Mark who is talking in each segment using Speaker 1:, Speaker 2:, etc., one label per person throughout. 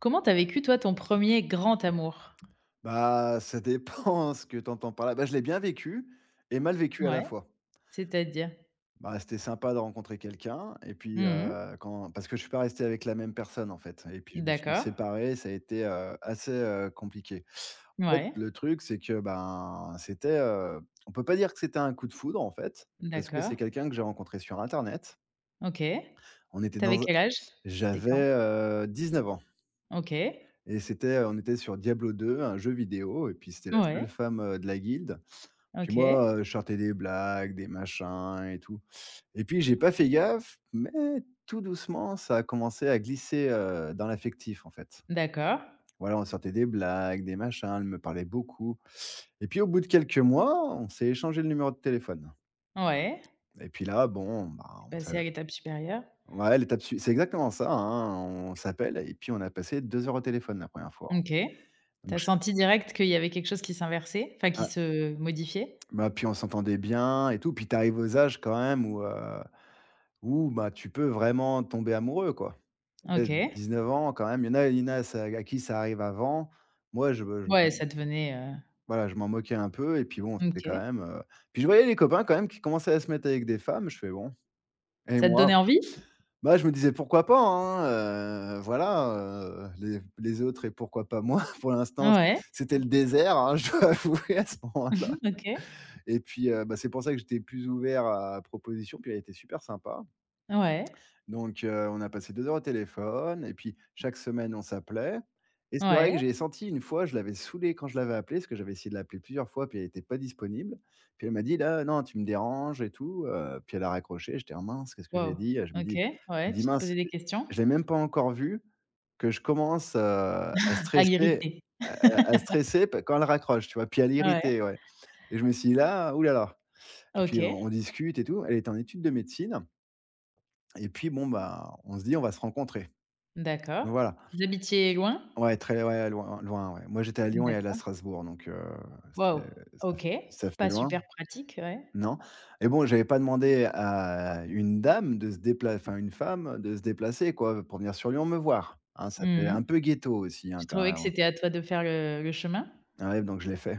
Speaker 1: Comment t'as vécu toi ton premier grand amour?
Speaker 2: Bah, ça dépend ce que tu entends par là. Bah, je l'ai bien vécu et mal vécu à
Speaker 1: Ouais,
Speaker 2: la fois.
Speaker 1: c'est-à-dire?
Speaker 2: Bah, c'était sympa de rencontrer quelqu'un et puis,
Speaker 1: Mmh.
Speaker 2: quand parce que je suis pas resté avec la même personne, en fait, et puis je me suis
Speaker 1: D'accord.
Speaker 2: séparé. Ça a été, assez, compliqué. En fait,
Speaker 1: Ouais,
Speaker 2: le truc, c'est que, ben, c'était, on peut pas dire que c'était un coup de foudre, en fait, parce que
Speaker 1: d'accord.
Speaker 2: c'est quelqu'un que j'ai rencontré sur internet.
Speaker 1: OK.
Speaker 2: On était
Speaker 1: T'avais
Speaker 2: dans un
Speaker 1: quel âge? C'était
Speaker 2: J'avais,
Speaker 1: quand?
Speaker 2: 19 ans,
Speaker 1: OK.
Speaker 2: et on était sur Diablo 2, un jeu vidéo, et puis c'était la
Speaker 1: Ouais,
Speaker 2: seule femme, de la guilde. Puis
Speaker 1: OK.
Speaker 2: moi, je sortais des blagues, des machins et tout, et puis j'ai pas fait gaffe, mais tout doucement, ça a commencé à glisser, dans l'affectif, en fait.
Speaker 1: D'accord.
Speaker 2: Voilà, on sortait des blagues, des machins, elle me parlait beaucoup, et puis au bout de quelques mois, on s'est échangé le numéro de téléphone.
Speaker 1: Ouais.
Speaker 2: Et puis là, bon, bah,
Speaker 1: T'es
Speaker 2: on s'a
Speaker 1: passé à l'étape supérieure.
Speaker 2: ouais, l'étape suivante, c'est exactement ça, hein. On s'appelle, et puis on a passé 2 heures au téléphone la première fois, hein.
Speaker 1: OK.
Speaker 2: donc
Speaker 1: T'as
Speaker 2: je
Speaker 1: senti direct qu'il y avait quelque chose qui s'inversait? Enfin qui
Speaker 2: Ah,
Speaker 1: se modifiait?
Speaker 2: bah, puis on s'entendait bien et tout, puis tu arrives aux âges quand même où, bah, tu peux vraiment tomber amoureux, quoi. Et
Speaker 1: OK.
Speaker 2: 9 ans quand même, il y en a ça à qui ça arrive avant. Moi je me je
Speaker 1: Ouais, ça devenait,
Speaker 2: Voilà, je m'en moquais un peu, et puis bon, c'était quand
Speaker 1: OK.
Speaker 2: même, puis je voyais les copains quand même qui commençaient à se mettre avec des femmes. Je fais: «Bon, et
Speaker 1: Ça te
Speaker 2: moi?»
Speaker 1: donnait envie?
Speaker 2: Bah, je me disais: «Pourquoi pas, hein?» Voilà, les autres, et pourquoi pas moi? Pour l'instant,
Speaker 1: Ouais.
Speaker 2: c'était le désert, hein, je dois avouer, à ce moment-là.
Speaker 1: Mmh, OK.
Speaker 2: Et puis, bah, c'est pour ça que j'étais plus ouvert à propositions, puis elle était super sympa.
Speaker 1: Ouais.
Speaker 2: Donc on a passé 2 heures au téléphone, et puis chaque semaine on s'appelait. Et c'est vrai que
Speaker 1: Ouais.
Speaker 2: j'ai senti une fois, je l'avais saoulée quand je l'avais appelée, parce que j'avais essayé de l'appeler plusieurs fois puis elle était pas disponible. Puis elle m'a dit: «Là, non, tu me déranges et tout», puis elle a raccroché. J'étais: «Ah mince, qu'est-ce que j'ai
Speaker 1: Wow.
Speaker 2: dit?» je me
Speaker 1: OK.
Speaker 2: dis je
Speaker 1: Ouais,
Speaker 2: me dis:
Speaker 1: tu te
Speaker 2: «Mince,
Speaker 1: posais des questions?
Speaker 2: je l'ai même pas encore vue que je commence,
Speaker 1: À l'irriter.
Speaker 2: à stresser p quand elle raccroche», tu vois? Puis à
Speaker 1: Ouais,
Speaker 2: l'irriter, ouais. Et je me suis dit: «Là, oulala.» Et
Speaker 1: OK,
Speaker 2: puis on discute et tout. Elle est en études de médecine, et puis bon, bah, on se dit: «On va se rencontrer.»
Speaker 1: d'accord.
Speaker 2: Voilà.
Speaker 1: Vous habitiez loin?
Speaker 2: Ouais, très, ouais, loin loin, ouais. Moi, j'étais à Lyon et elle à
Speaker 1: D'accord.
Speaker 2: Strasbourg, donc c'est
Speaker 1: Waouh,
Speaker 2: ça f
Speaker 1: OK.
Speaker 2: ça fait
Speaker 1: Pas
Speaker 2: loin.
Speaker 1: super pratique, ouais.
Speaker 2: Non, et bon, j'avais pas demandé à une dame de se dépla enfin, une femme de se déplacer, quoi, pour venir sur Lyon me voir, hein. Ça fait
Speaker 1: Mmh mh.
Speaker 2: un peu ghetto aussi, hein,
Speaker 1: Tu
Speaker 2: quand
Speaker 1: trouvais
Speaker 2: même,
Speaker 1: que
Speaker 2: hein.
Speaker 1: c'était à toi de faire le chemin?
Speaker 2: Ouais, donc je l'ai fait,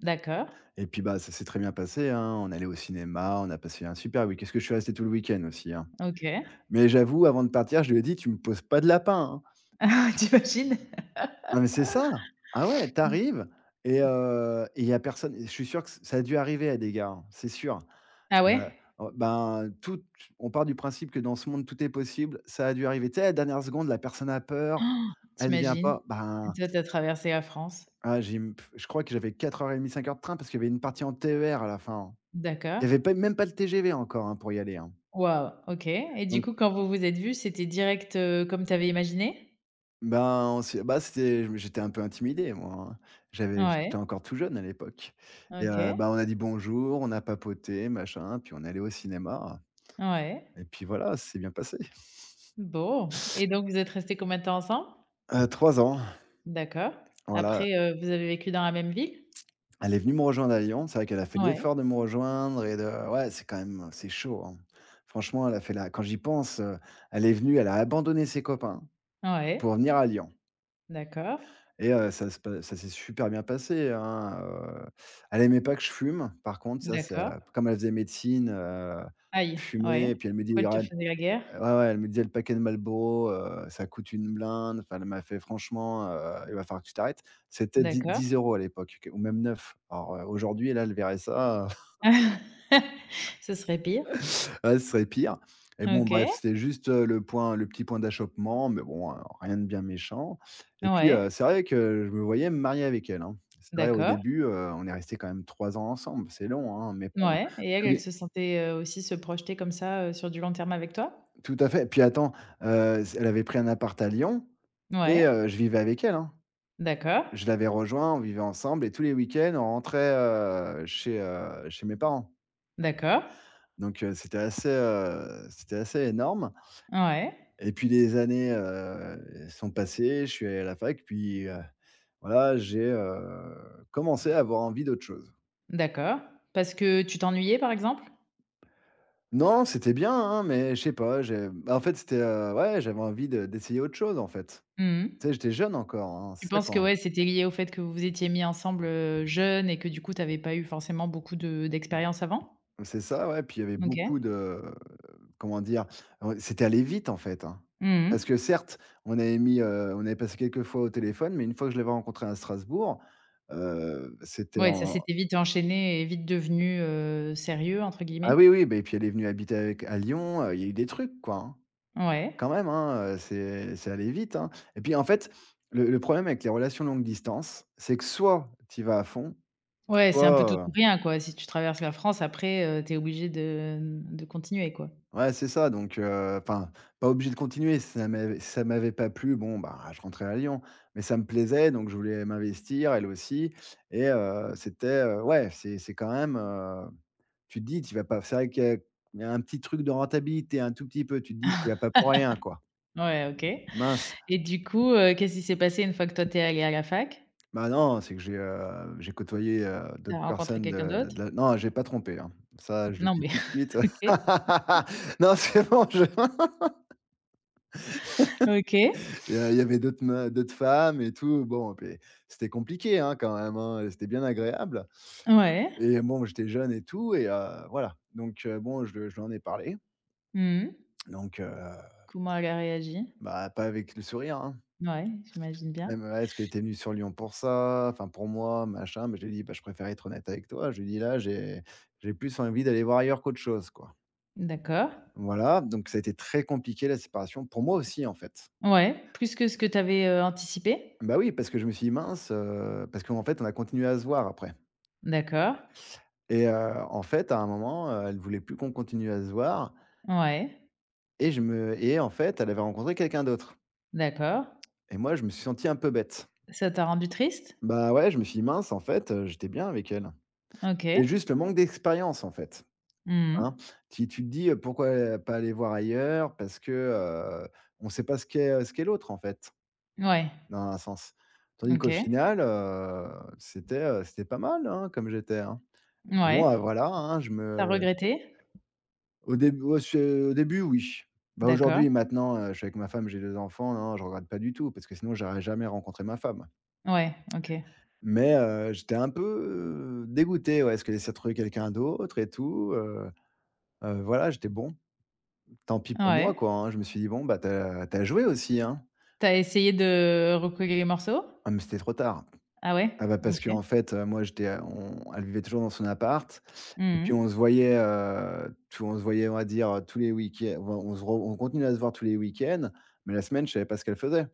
Speaker 1: D'accord,
Speaker 2: et puis, bah, ça s'est très bien passé, hein. On est allé au cinéma, on a passé un super week qu'est-ce que je suis resté tout le week-end aussi, hein?
Speaker 1: OK.
Speaker 2: Mais j'avoue, avant de partir, je lui ai dit: «Tu me poses pas de lapin, hein!»
Speaker 1: Ah ouais, tu imagines?
Speaker 2: Non mais c'est ça! Ah ouais, tu arrives et il y a personne. Je suis sûr que ça a dû arriver à des gars, hein, c'est sûr.
Speaker 1: Ah
Speaker 2: Heu,
Speaker 1: ouais?
Speaker 2: oh ben, tout on part du principe que dans ce monde tout est possible, ça a dû arriver. Tu sais, à la dernière seconde, la personne a peur,
Speaker 1: Tu
Speaker 2: elle vient
Speaker 1: imagines?
Speaker 2: pas. Ben,
Speaker 1: Toi, tu as traversé la France.
Speaker 2: ah j'ai m je crois que j'avais 4 heures et demie, 5 heures de train, parce qu'il y avait une partie en TER à la fin, hein. Il
Speaker 1: D'accord.
Speaker 2: y avait pas Même pas le TGV encore, hein, pour y aller, hein.
Speaker 1: Waouh, OK. Et du
Speaker 2: Donc,
Speaker 1: coup, quand vous vous êtes vus, c'était direct, comme tu avais imaginé?
Speaker 2: ben, on s'est bah, c'était j'étais un peu intimidé, moi, hein.
Speaker 1: Ouais,
Speaker 2: J'étais encore tout jeune à l'époque. Et
Speaker 1: OK,
Speaker 2: bah, on a dit «bonjour», on a papoté machin, puis on est allé au cinéma,
Speaker 1: ouais.
Speaker 2: et puis voilà, ça s'est bien passé.
Speaker 1: Bon, et donc vous êtes restés combien de temps ensemble?
Speaker 2: 3 ans,
Speaker 1: D'accord.
Speaker 2: voilà.
Speaker 1: Après, vous avez vécu dans la même ville?
Speaker 2: Elle est venue me rejoindre à Lyon. C'est vrai qu'elle a fait
Speaker 1: Ouais,
Speaker 2: l'effort de me rejoindre, et de ouais, c'est quand même, c'est chaud, hein. Franchement, elle a fait la quand j'y pense, elle est venue, elle a abandonné ses copains pour
Speaker 1: ouais.
Speaker 2: venir à Lyon.
Speaker 1: D'accord,
Speaker 2: Et ça se pa ça s'est super bien passé, hein. Elle aimait pas que je fume. Par contre, ça
Speaker 1: d'accord.
Speaker 2: ça comme elle faisait médecine,
Speaker 1: Aïe, ouais.
Speaker 2: fumer, et puis elle me dit: «Ouais,
Speaker 1: Pourquoi elle te
Speaker 2: regarde.»
Speaker 1: faisait la guerre?
Speaker 2: Ouais, ouais, elle me disait: «Le paquet de Marlboro, ça coûte une blinde.» Enfin, elle m'a fait: «Franchement, il va falloir que tu t'arrêtes.» C'était dix
Speaker 1: D'accord.
Speaker 2: 10 € à l'époque, ou même 9. Alors, aujourd'hui, là, elle verrait ça, heu.
Speaker 1: Ce serait pire.
Speaker 2: Ouais, ce serait pire. Et bon,
Speaker 1: OK.
Speaker 2: bref, c'était juste, le petit point d'achoppement, mais bon, rien de bien méchant. Et puis,
Speaker 1: Ouais,
Speaker 2: c'est vrai que je me voyais me marier avec elle, hein. C'est vrai, au
Speaker 1: d'accord.
Speaker 2: début, on est resté quand même 3 ans ensemble, c'est long, hein, mais pendant
Speaker 1: Ouais, et elle,
Speaker 2: tous
Speaker 1: elle
Speaker 2: les
Speaker 1: se sentait, aussi se projeter comme ça, sur du long terme avec toi?
Speaker 2: tout à fait, puis attends, elle avait pris un appart à Lyon, et
Speaker 1: Ouais,
Speaker 2: je vivais avec elle, hein.
Speaker 1: d'accord,
Speaker 2: Je l'avais rejoint, on vivait ensemble, et tous les week-ends, on rentrait, chez, chez mes parents.
Speaker 1: d'accord.
Speaker 2: Donc c'était assez énorme.
Speaker 1: Ouais,
Speaker 2: Et puis les années, sont passées, je suis allé à la fac, puis, voilà, j'ai, commencé à avoir envie d'autre chose.
Speaker 1: d'accord. Parce que tu t'ennuyais, par exemple?
Speaker 2: Non, c'était bien, hein, mais je sais pas, j'ai bah, en fait, c'était, ouais, j'avais envie de d'essayer autre chose, en fait.
Speaker 1: Mmh.
Speaker 2: Tu sais, j'étais jeune encore, hein,
Speaker 1: Tu penses que ouais, c'était lié au fait que vous vous étiez mis ensemble, jeunes et que du coup tu avais pas eu forcément beaucoup de d'expérience avant?
Speaker 2: c'est ça ouais, puis il y avait
Speaker 1: OK.
Speaker 2: beaucoup de comment dire? C'était aller vite, en fait, hein.
Speaker 1: Mmh.
Speaker 2: Parce que certes, on avait passé quelques fois au téléphone, mais une fois que je l'avais rencontré à Strasbourg, c'était
Speaker 1: Ouais, ça
Speaker 2: en
Speaker 1: s'était vite enchaîné et vite devenu, «sérieux» entre
Speaker 2: ah
Speaker 1: guillemets?
Speaker 2: oui, oui, beh, et puis elle est venue habiter avec à Lyon, il y a eu des trucs quoi, hein. Quand
Speaker 1: Ouais.
Speaker 2: même, hein, c'est allé vite, hein. Et puis en fait, le problème avec les relations longue distance, c'est que soit tu y vas à fond,
Speaker 1: Ouais, c'est un peu tout
Speaker 2: soit,
Speaker 1: ou rien quoi. Si tu traverses la France après, tu es obligé de, mmh, de continuer quoi.
Speaker 2: ouais, c'est ça. Donc enfin, pas obligé de continuer. Si ça m'avait pas plu, bon, bah, je rentrais à Lyon, mais ça me plaisait, donc je voulais m'investir, elle aussi. Et c'était, ouais, c'est quand même, tu te dis: «Tu y vas pas.» C'est vrai qu'il y a il y a un petit truc de rentabilité, un tout petit peu, tu te dis: «Tu y vas pas pour rien, quoi.»
Speaker 1: Ouais, OK.
Speaker 2: Mince.
Speaker 1: Et du coup, qu'est-ce qui s'est passé une fois que toi t'es allé à la fac?
Speaker 2: Bah, non, c'est que j'ai côtoyé,
Speaker 1: T'as
Speaker 2: d'autres
Speaker 1: rencontré
Speaker 2: personnes
Speaker 1: quelqu'un d'autre?
Speaker 2: de la non, j'ai pas trompé, hein. Ça, je le
Speaker 1: Non
Speaker 2: dis
Speaker 1: mais
Speaker 2: tout de suite.
Speaker 1: OK.
Speaker 2: Non, c'est bon, je
Speaker 1: OK.
Speaker 2: il y avait d'autres femmes et tout, bon, puis c'était compliqué, hein, quand même, hein, c'était bien agréable.
Speaker 1: Ouais.
Speaker 2: Et bon, j'étais jeune et tout, et voilà, donc bon, je lui en ai parlé,
Speaker 1: Mmh.
Speaker 2: donc heu.
Speaker 1: Comment elle a réagi?
Speaker 2: Bah, pas avec le sourire, hein.
Speaker 1: Ouais, j'imagine
Speaker 2: Elle
Speaker 1: bien.
Speaker 2: me: «Est-ce que était es venu sur Lyon pour ça? Enfin, pour moi, machin», mais je lui ai dit: «Bah, je préfère être honnête avec toi», je lui ai dit: «Là, j'ai plus envie d'aller voir ailleurs qu'autre chose, quoi.»
Speaker 1: D'accord.
Speaker 2: Voilà, donc ça a été très compliqué, la séparation, pour moi aussi, en fait.
Speaker 1: Ouais, plus que ce que tu avais anticipé?
Speaker 2: Bah, oui, parce que je me suis dit: «Mince», parce qu'en fait, on a continué à se voir après.
Speaker 1: D'accord.
Speaker 2: Et en fait, à un moment, elle voulait plus qu'on continue à se voir,
Speaker 1: Ouais,
Speaker 2: et je me et en fait, elle avait rencontré quelqu'un d'autre,
Speaker 1: d'accord.
Speaker 2: et moi, je me suis senti un peu bête.
Speaker 1: Ça t'a rendu triste?
Speaker 2: Bah, ouais, je me suis dit: «Mince, en fait, j'étais bien avec elle.» C'est
Speaker 1: OK.
Speaker 2: juste le manque d'expérience, en fait, hein.
Speaker 1: Mmh.
Speaker 2: Tu te dis: «Pourquoi pas aller voir ailleurs?» parce que, heu, on ne sait pas ce qu'est l'autre, en fait.
Speaker 1: Ouais,
Speaker 2: Dans un sens. Tandis qu'au
Speaker 1: OK.
Speaker 2: final, c'était pas mal, hein, comme j'étais, hein. Bon,
Speaker 1: Ouais.
Speaker 2: bah, voilà, hein, je me
Speaker 1: T'as regretté?
Speaker 2: au dé au se au début, oui. Bah,
Speaker 1: D'accord.
Speaker 2: aujourd'hui, maintenant, je suis avec ma femme, j'ai 2 enfants, non, je regrette pas du tout, parce que sinon j'aurais jamais rencontré ma femme.
Speaker 1: Ouais, OK.
Speaker 2: Mais, j'étais un peu, dégoûté, ouais, parce qu'elle s'est retrouvée quelqu'un d'autre et tout, voilà, j'étais bon, tant pis pour moi,
Speaker 1: Ouais.
Speaker 2: quoi, hein. Je me suis dit: «Bon, bah, tu as joué aussi, hein».
Speaker 1: T'as essayé de recoller les morceaux?
Speaker 2: Ah mais c'était trop tard.
Speaker 1: Ah
Speaker 2: Ah
Speaker 1: ouais?
Speaker 2: bah, parce
Speaker 1: OK.
Speaker 2: qu'en fait, moi j'étais à on elle vivait toujours dans son appart et puis
Speaker 1: Mmh.
Speaker 2: on se voyait, tout on se voyait, on va dire, tous les week-ends on continuait à se voir tous les week-ends, mais la semaine, je savais pas ce qu'elle faisait.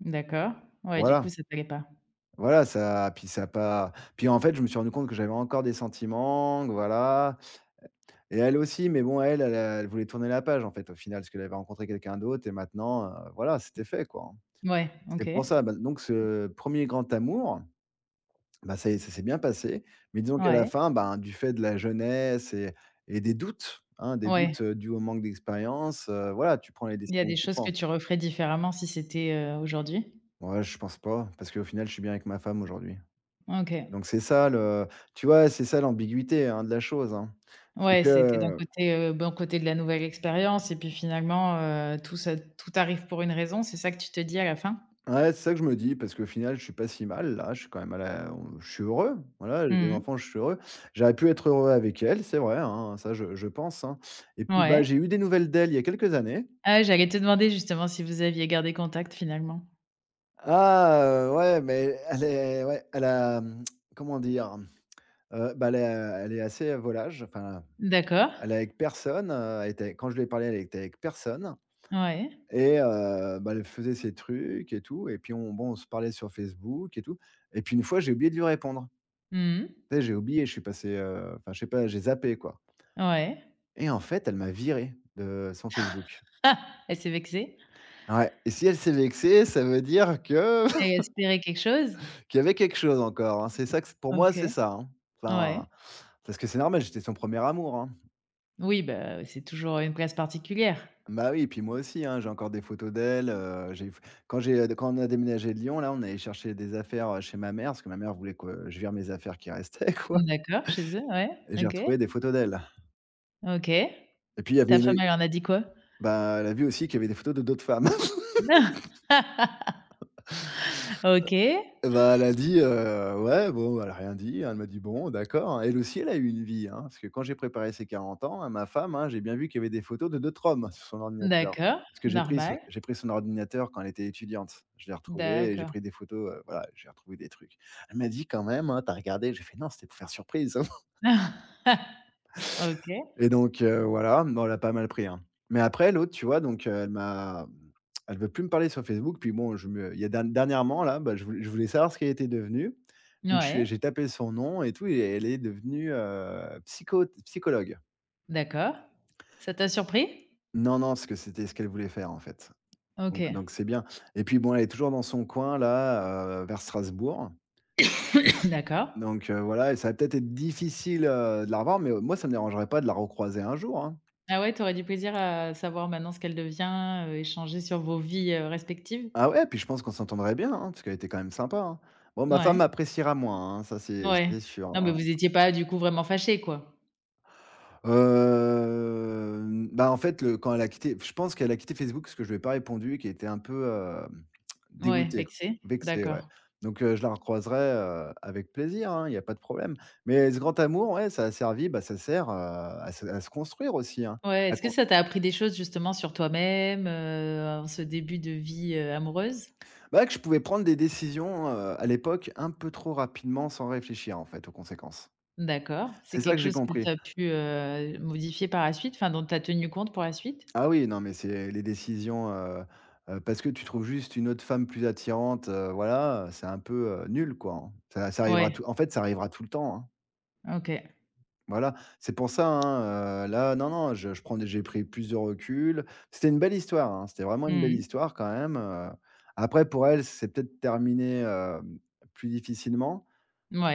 Speaker 1: D'accord. Ouais, du coup,
Speaker 2: Voilà,
Speaker 1: ça t'allait pas.
Speaker 2: voilà, ça puis ça a pas puis en fait, je me suis rendu compte que j'avais encore des sentiments, que voilà et elle aussi, mais bon, elle, elle a elle voulait tourner la page en fait, au final, parce qu'elle avait rencontré quelqu'un d'autre et maintenant, voilà, c'était fait, quoi, hein.
Speaker 1: Ouais, OK.
Speaker 2: C'est pour ça, bah, donc ce premier grand amour. Bah, ça y est, ça s'est bien passé, mais disons qu'à la
Speaker 1: Ouais,
Speaker 2: fin, ben, du fait de la jeunesse et des
Speaker 1: ouais.
Speaker 2: doutes, dus au manque d'expérience, voilà, tu prends les
Speaker 1: Il y a
Speaker 2: décisions
Speaker 1: des
Speaker 2: que tu
Speaker 1: choses que
Speaker 2: prends.
Speaker 1: tu referais différemment si c'était, aujourd'hui?
Speaker 2: Ouais, je pense pas, parce qu'au final, je suis bien avec ma femme aujourd'hui.
Speaker 1: OK.
Speaker 2: Donc c'est ça le tu vois, c'est ça l'ambiguïté, hein, de la chose, hein. C'est
Speaker 1: Ouais, c'était d'un
Speaker 2: que
Speaker 1: côté, bon côté de la nouvelle expérience et puis finalement, tout ça tout arrive pour une raison, c'est ça que tu te dis à la fin?
Speaker 2: ouais, c'est ça que je me dis, parce qu'au final, je suis pas si mal là, je suis quand même à la on je suis heureux, voilà, j'ai deux
Speaker 1: Mmh.
Speaker 2: enfants, je suis heureux. J'aurais pu être heureux avec elle, c'est vrai, hein, ça je pense, hein. Et puis, bah, j'ai
Speaker 1: Ouais.
Speaker 2: eu des nouvelles d'elle il y a quelques années.
Speaker 1: Ah, j'allais te demander justement si vous aviez gardé contact finalement.
Speaker 2: Ah, ouais, mais elle est ouais, elle a, mmh, comment dire? Elle est assez volage, enfin,
Speaker 1: D'accord.
Speaker 2: elle est avec personne, elle était quand je lui ai parlé, elle était avec personne
Speaker 1: Ouais.
Speaker 2: et bah, elle faisait ses trucs et tout et puis on se parlait sur Facebook et tout et puis une fois, j'ai oublié de lui répondre.
Speaker 1: Mmh.
Speaker 2: Tu sais, j'ai oublié, je suis passé, enfin, je sais pas, j'ai zappé, quoi.
Speaker 1: Ouais.
Speaker 2: Et en fait, elle m'a viré de son Facebook.
Speaker 1: Ah! Elle s'est vexée?
Speaker 2: Ouais et si elle s'est vexée, ça veut dire que
Speaker 1: Elle espérait quelque chose?
Speaker 2: qu'il y avait quelque chose encore, hein. C'est ça que c pour moi,
Speaker 1: OK.
Speaker 2: c'est ça, hein.
Speaker 1: Ouais.
Speaker 2: Enfin, parce que c'est normal, j'étais son premier amour, hein.
Speaker 1: Oui, bah, c'est toujours une place particulière.
Speaker 2: Bah, oui et puis moi aussi, hein, j'ai encore des photos d'elle, j'ai f quand quand on a déménagé de Lyon, là, on est allé chercher des affaires, chez ma mère, parce que ma mère voulait que je vire mes affaires qui restaient, quoi.
Speaker 1: D'accord, chez eux, ouais.
Speaker 2: Et j'ai
Speaker 1: OK.
Speaker 2: retrouvé des photos d'elle
Speaker 1: OK.
Speaker 2: et puis il y avait
Speaker 1: Ta
Speaker 2: une,
Speaker 1: femme, elle en a dit quoi?
Speaker 2: bah, elle a vu aussi qu'il y avait des photos de d'autres femmes.
Speaker 1: OK.
Speaker 2: Et bah, elle a dit, «Ouais, bon», elle a rien dit, hein. Elle m'a dit: «Bon, d'accord». Elle aussi, elle a eu une vie, hein, parce que quand j'ai préparé ses 40 ans, hein, ma femme, hein, j'ai bien vu qu'il y avait des photos de d'autres hommes sur son ordinateur.
Speaker 1: D'accord,
Speaker 2: Parce que
Speaker 1: normal.
Speaker 2: j'ai pris son ordinateur quand elle était étudiante. Je l'ai retrouvé et j'ai
Speaker 1: D'accord.
Speaker 2: pris des photos, voilà, j'ai retrouvé des trucs. Elle m'a dit: «Quand même, hein, tu as regardé?» J'ai fait: «Non, c'était pour faire surprise».
Speaker 1: OK.
Speaker 2: Et donc voilà, bon, elle a pas mal pris, hein. Mais après l'autre, tu vois, donc elle veut plus me parler sur Facebook, puis bon, je me il y a dernièrement là, bah, je voulais savoir ce qu'elle était devenue. Donc
Speaker 1: Ouais,
Speaker 2: j'ai tapé son nom et tout et elle est devenue, psychologue.
Speaker 1: d'accord. Ça t'a surpris?
Speaker 2: Non, non, parce que c'était ce qu'elle voulait faire, en fait.
Speaker 1: OK,
Speaker 2: Donc c'est bien. Et puis bon, elle est toujours dans son coin là, vers Strasbourg.
Speaker 1: d'accord.
Speaker 2: Donc voilà et ça va peut-être être difficile, de la revoir, mais moi, ça ne me dérangerait pas de la recroiser un jour, hein.
Speaker 1: Ah ouais, tu aurais du plaisir à savoir maintenant ce qu'elle devient, échanger sur vos vies, respectives?
Speaker 2: Ah ouais, puis je pense qu'on s'entendrait bien, hein, parce qu'elle était quand même sympa, hein. Bon, ma
Speaker 1: Ouais,
Speaker 2: femme appréciera moins, hein, ça c'est
Speaker 1: ouais.
Speaker 2: c'est sûr,
Speaker 1: Non, mais
Speaker 2: hein.
Speaker 1: vous étiez pas du coup vraiment fâchés, quoi?
Speaker 2: Bah, en fait, le quand elle a quitté, je pense qu'elle a quitté Facebook parce que je lui ai pas répondu et qu'elle était un peu,
Speaker 1: Ouais,
Speaker 2: dégoûtée, q
Speaker 1: vexés?
Speaker 2: vexée, ouais.
Speaker 1: D'accord.
Speaker 2: Donc je la recroiserai, avec plaisir, hein, il n'y a pas de problème. Mais ce grand amour, ouais, ça a servi, bah, ça sert, à se construire aussi, hein.
Speaker 1: Ouais,
Speaker 2: À
Speaker 1: est-ce que
Speaker 2: con
Speaker 1: ça t'a appris des choses justement sur toi-même, en ce début de vie, amoureuse?
Speaker 2: bah, que je pouvais prendre des décisions, à l'époque un peu trop rapidement sans réfléchir, en fait, aux conséquences.
Speaker 1: D'accord. C'est
Speaker 2: C'est ça
Speaker 1: quelque
Speaker 2: que j'ai
Speaker 1: chose que tu
Speaker 2: compris.
Speaker 1: as pu, modifier par la suite, enfin dont tu as tenu compte pour la suite?
Speaker 2: Ah oui, non, mais c'est les décisions, parce que tu trouves juste une autre femme plus attirante, voilà, c'est un peu, nul, quoi, hein. Ça arrivera
Speaker 1: Ouais,
Speaker 2: ça arrivera tout le temps, hein.
Speaker 1: OK.
Speaker 2: Voilà, c'est pour ça, hein, là, non, non, je prends des j'ai pris plus de recul. C'était une belle histoire, hein, c'était vraiment une belle
Speaker 1: Mmh.
Speaker 2: histoire quand même. Après pour elle, c'est peut-être terminé, plus difficilement.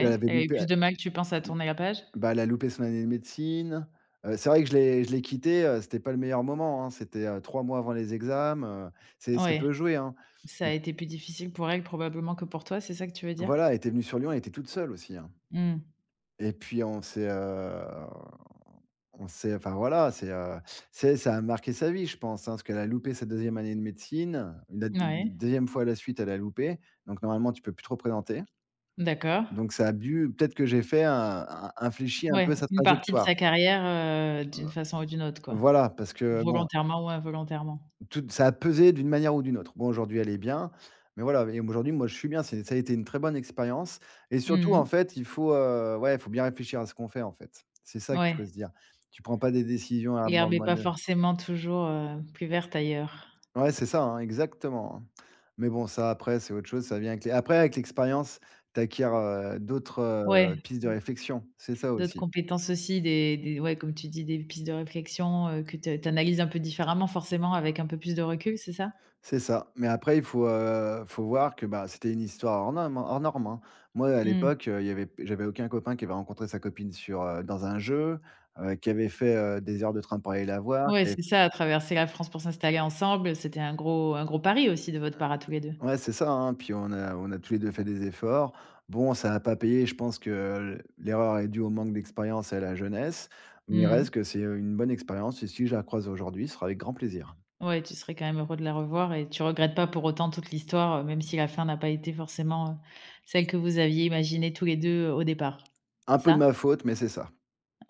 Speaker 2: Elle avait
Speaker 1: elle a eu
Speaker 2: loupé
Speaker 1: plus de mal, tu penses, à tourner la page?
Speaker 2: Bah, elle a loupé son année de médecine. C'est vrai que je l'ai quitté, c'était pas le meilleur moment, hein. C'était, 3 mois avant les examens, c'est ça
Speaker 1: Ouais,
Speaker 2: peut jouer, hein.
Speaker 1: ça
Speaker 2: Et
Speaker 1: a été plus difficile pour elle probablement que pour toi, c'est ça que tu veux dire?
Speaker 2: voilà, elle était venue sur Lyon, elle était toute seule aussi, hein.
Speaker 1: Mmh.
Speaker 2: Et puis on s'est enfin voilà, c'est ça a marqué sa vie, je pense, hein, parce qu'elle a loupé sa deuxième année de médecine. La d
Speaker 1: Ouais,
Speaker 2: 2 fois à la suite, elle a loupé. Donc normalement, tu peux plus te représenter.
Speaker 1: d'accord.
Speaker 2: Donc ça a dû, peut-être que j'ai fait un infléchi un
Speaker 1: Ouais,
Speaker 2: peu sa
Speaker 1: une partie de
Speaker 2: trajectoire.
Speaker 1: sa carrière, d'une façon ou d'une autre, quoi.
Speaker 2: Voilà, parce que bon,
Speaker 1: Volontairement ou involontairement.
Speaker 2: tout ça a pesé d'une manière ou d'une autre. Bon, aujourd'hui, elle est bien, mais voilà et aujourd'hui, moi, je suis bien. C'est ça a été une très bonne expérience et surtout,
Speaker 1: Mmh
Speaker 2: en
Speaker 1: mh.
Speaker 2: fait, il faut, ouais, il faut bien réfléchir à ce qu'on fait, en fait. C'est ça qu'il faut
Speaker 1: Ouais,
Speaker 2: se dire. Tu prends pas des décisions à bord
Speaker 1: l'herbe
Speaker 2: de
Speaker 1: est pas
Speaker 2: manœuvre.
Speaker 1: forcément toujours, plus verte ailleurs.
Speaker 2: Ouais, c'est ça, hein, exactement, hein. Mais bon, ça, après, c'est autre chose. Ça vient avec les après, avec l'expérience, tu acquiers, d'autres,
Speaker 1: Ouais,
Speaker 2: pistes de réflexion. C'est ça
Speaker 1: d'autres
Speaker 2: aussi.
Speaker 1: compétences aussi, des ouais, comme tu dis, des pistes de réflexion, que tu tu analyses un peu différemment forcément avec un peu plus de recul, c'est ça?
Speaker 2: C'est ça, mais après il faut, voir que, bah, c'était une histoire hors norme, hein. Moi à
Speaker 1: Mmh.
Speaker 2: l'époque, il y avait j'avais aucun copain qui avait rencontré sa copine sur, dans un jeu, qui avait fait, des heures de train pour aller la voir
Speaker 1: Ouais,
Speaker 2: et
Speaker 1: c'est ça, traverser la France pour s'installer ensemble, c'était un gros pari aussi de votre part à tous les deux.
Speaker 2: ouais, c'est ça, hein, puis on a tous les 2 fait des efforts. Bon, ça n'a pas payé, je pense que l'erreur est due au manque d'expérience et à la jeunesse, mais il
Speaker 1: Mmh mh.
Speaker 2: reste que c'est une bonne expérience et si je la croise aujourd'hui, ce sera avec grand plaisir.
Speaker 1: Ouais, tu serais quand même heureux de la revoir et tu regrettes pas pour autant toute l'histoire, même si la fin n'a pas été forcément, celle que vous aviez imaginée tous les 2 au départ. C'est
Speaker 2: Un peu de
Speaker 1: ça?
Speaker 2: ma faute, mais c'est ça.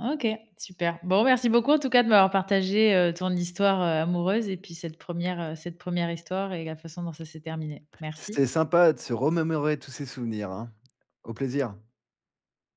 Speaker 1: OK, super. Bon, merci beaucoup en tout cas de m'avoir partagé, ton histoire, amoureuse et puis cette première histoire et la façon dont ça s'est terminé. Merci.
Speaker 2: C'était sympa de se remémorer tous ces souvenirs, hein. Au plaisir.